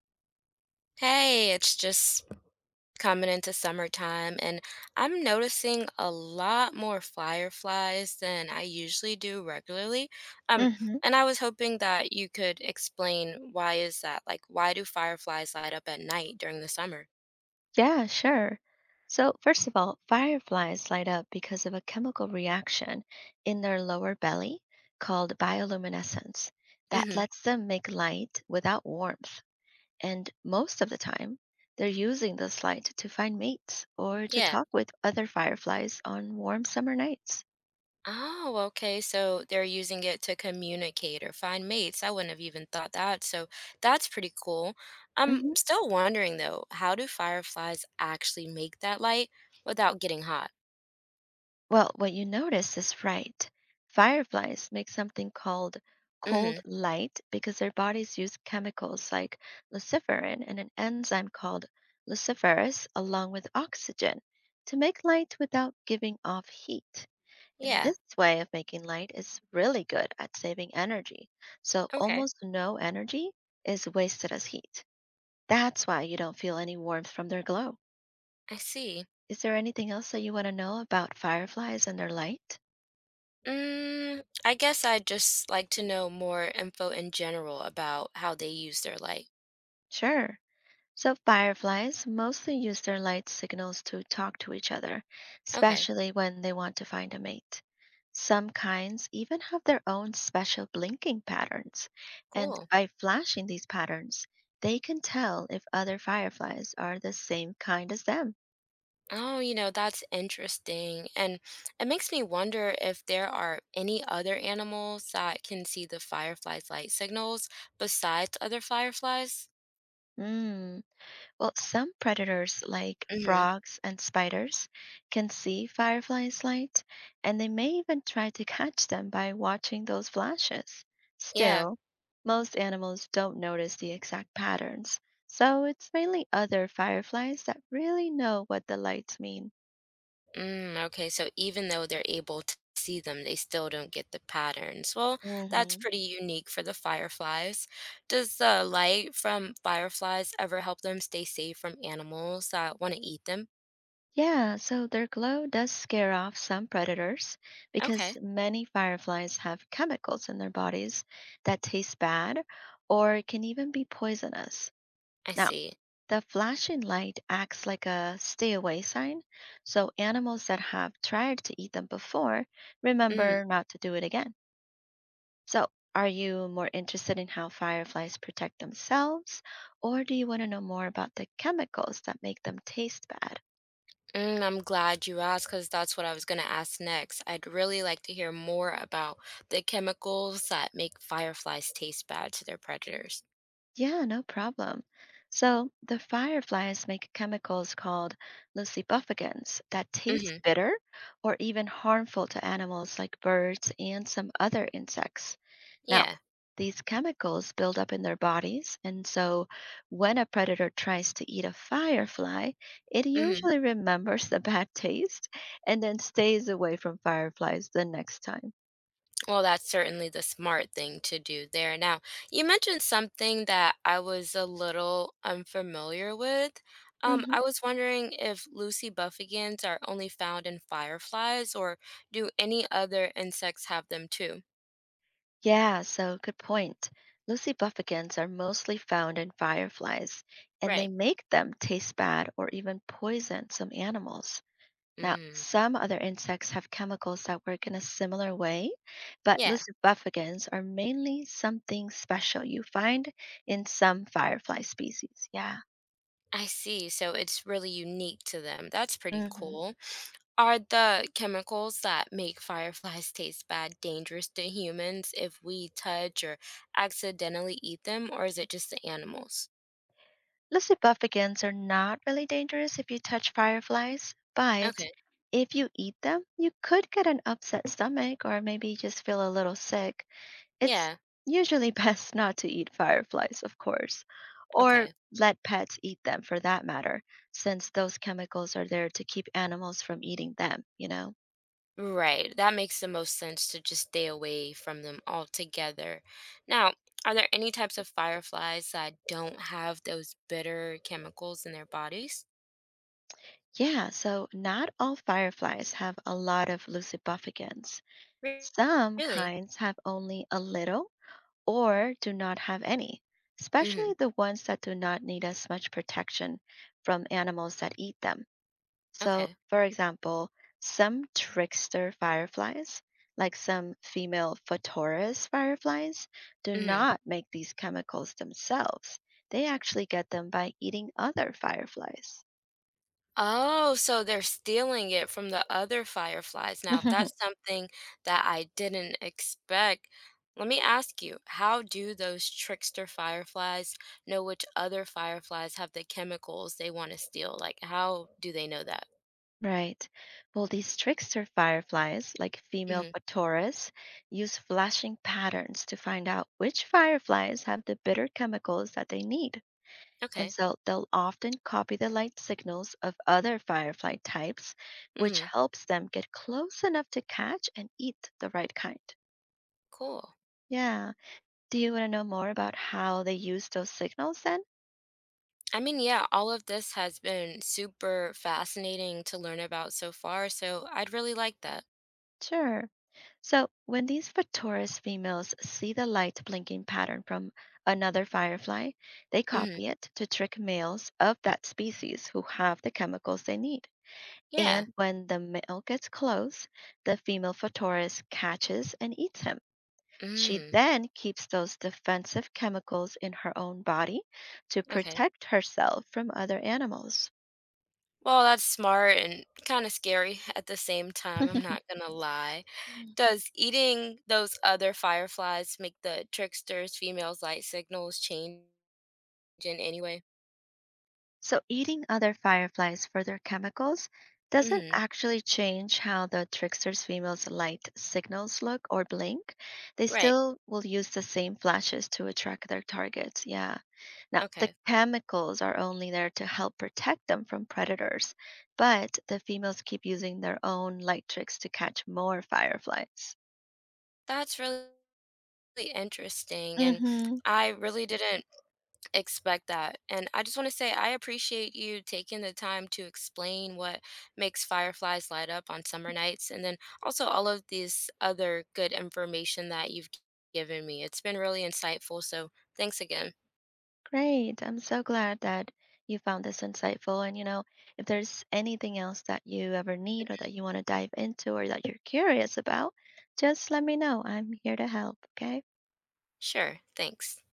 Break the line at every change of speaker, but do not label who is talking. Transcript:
Hey, it's just coming into summertime, and I'm noticing a lot more fireflies than I usually do regularly. Um,
Mm-hmm.
and I was hoping that you could explain, why is that? Like, why do fireflies light up at night during the summer?
Yeah, sure. So, first of all, fireflies light up because of a chemical reaction in their lower belly called bioluminescence that
Mm-hmm.
lets them make light without warmth. And most of the time, they're using this light to find mates or to
Yeah.
talk with other fireflies on warm summer nights.
Oh, okay. So they're using it to communicate or find mates. I wouldn't have even thought that. So that's pretty cool. I'm
Mm-hmm.
still wondering though, how do fireflies actually make that light without getting hot?
Well, what you notice is right. Fireflies make something called cold
Mm-hmm.
light because their bodies use chemicals like luciferin and an enzyme called luciferase along with oxygen to make light without giving off heat. And
Yeah.
this way of making light is really good at saving energy. So
Okay.
almost no energy is wasted as heat. That's why you don't feel any warmth from their glow.
I see.
Is there anything else that you want to know about fireflies and their light?
Mm, I guess I'd just like to know more info in general about how they use their light.
Sure. So fireflies mostly use their light signals to talk to each other,
Okay.
especially when they want to find a mate. Some kinds even have their own special blinking patterns, and
Cool.
by flashing these patterns, they can tell if other fireflies are the same kind as them.
Oh, you know, that's interesting. And it makes me wonder if there are any other animals that can see the firefly's light signals besides other fireflies.
Mm. Well, some predators, like
Mm-hmm.
frogs and spiders, can see fireflies' light, and they may even try to catch them by watching those flashes.
Yeah.
Still, most animals don't notice the exact patterns, so it's mainly other fireflies that really know what the lights mean.
Mm, okay, so even though they're able to see them, they still don't get the patterns. Well, that's
hmm
pretty unique for the fireflies. Does the light from fireflies ever help them stay safe from animals that want to eat them?
Yeah, so their glow does scare off some predators because
Okay,
many fireflies have chemicals in their bodies that taste bad or can even be poisonous.
I
Now,
see.
the flashing light acts like a stay away sign, so animals that have tried to eat them before
Mm,
remember not to do it again. So, are you more interested in how fireflies protect themselves, or do you want to know more about the chemicals that make them taste bad?
I'm glad you asked because that's what I was going to ask next. I'd really like to hear more about the chemicals that make fireflies taste bad to their predators.
Yeah, no problem. So, the fireflies make chemicals called lucibufficants that taste
Mm-hmm.
bitter or even harmful to animals like birds and some other insects. Now,
Yeah.
these chemicals build up in their bodies, and so when a predator tries to eat a firefly, it
Mm-hmm.
usually remembers the bad taste and then stays away from fireflies the next time.
Well, that's certainly the smart thing to do there. Now, you mentioned something that I was a little unfamiliar with.
hmm
I was wondering if Lucy Buffigans are only found in fireflies, or do any other insects have them too?
Yeah, so good point. Lucy buffigans are mostly found in fireflies, and they
Right.
make them taste bad or even poison some animals. Now,
Mm,
some other insects have chemicals that work in a similar way, but
yeah,
lucibufficans are mainly something special you find in some firefly species. Yeah.
I see. So it's really unique to them. That's pretty
hmm
cool. Are the chemicals that make fireflies taste bad dangerous to humans if we touch or accidentally eat them, or is it just the animals?
Lucibufficans are not really dangerous if you touch fireflies, but
Okay.
if you eat them, you could get an upset stomach or maybe just feel a little sick. It's
Yeah.
usually best not to eat fireflies, of course, or
Okay.
let pets eat them for that matter, since those chemicals are there to keep animals from eating them,
Right. That makes the most sense to just stay away from them altogether. Now, are there any types of fireflies that don't have those bitter chemicals in their bodies?
Yeah, so not all fireflies have a lot of leucobuffigans.
Re-
Some
Really?
kinds have only a little or do not have any,
Mm-hmm.
especially the ones that do not need as much protection from animals that eat them. So,
Okay.
for example, some trickster fireflies, like some female Photorus fireflies, do
Mm-hmm.
not make these chemicals themselves. They actually get them by eating other fireflies.
Oh, so they're stealing it from the other fireflies. Now, that's something that I didn't expect. Let me ask you, how do those trickster fireflies know which other fireflies have the chemicals they want to steal? Like, how do they know that?
Right. Well, these trickster fireflies, like female
Hmm.
Photorus, use flashing patterns to find out which fireflies have the bitter chemicals that they need, and
Okay.
so they'll often copy the light signals of other firefly types, which
Hmm.
helps them get close enough to catch and eat the right kind.
Cool.
Yeah. Do you want to know more about how they use those signals then?
I mean, yeah, all of this has been super fascinating to learn about so far, so I'd really like that.
Sure. So, when these Photorus females see the light blinking pattern from another firefly, they
Hmm.
copy it to trick males of that species who have the chemicals they need.
Yeah.
And when the male gets close, the female Photorus catches and eats him. She
Mm.
then keeps those defensive chemicals in her own body to
Okay.
protect herself from other animals.
Well, that's smart and kind of scary at the same time, I'm not gonna lie. Does eating those other fireflies make the trickster's female's light signals change in any way?
So, eating other fireflies for their chemicals doesn't
Mhm.
actually change how the trickster's female's light signals look or blink. They
Right.
still will use the same flashes to attract their targets. Yeah. Now, the
Okay.
chemicals are only there to help protect them from predators, but the females keep using their own light tricks to catch more fireflies.
That's really interesting,
Mm
and
hmm.
I really didn't expect that. And I just want to say I appreciate you taking the time to explain what makes fireflies light up on summer nights and then also all of this other good information that you've given me. It's been really insightful. So thanks again.
Great. I'm so glad that you found this insightful. And, you know, if there's anything else that you ever need or that you want to dive into or that you're curious about, just let me know. I'm here to help. Okay.
Sure. Thanks.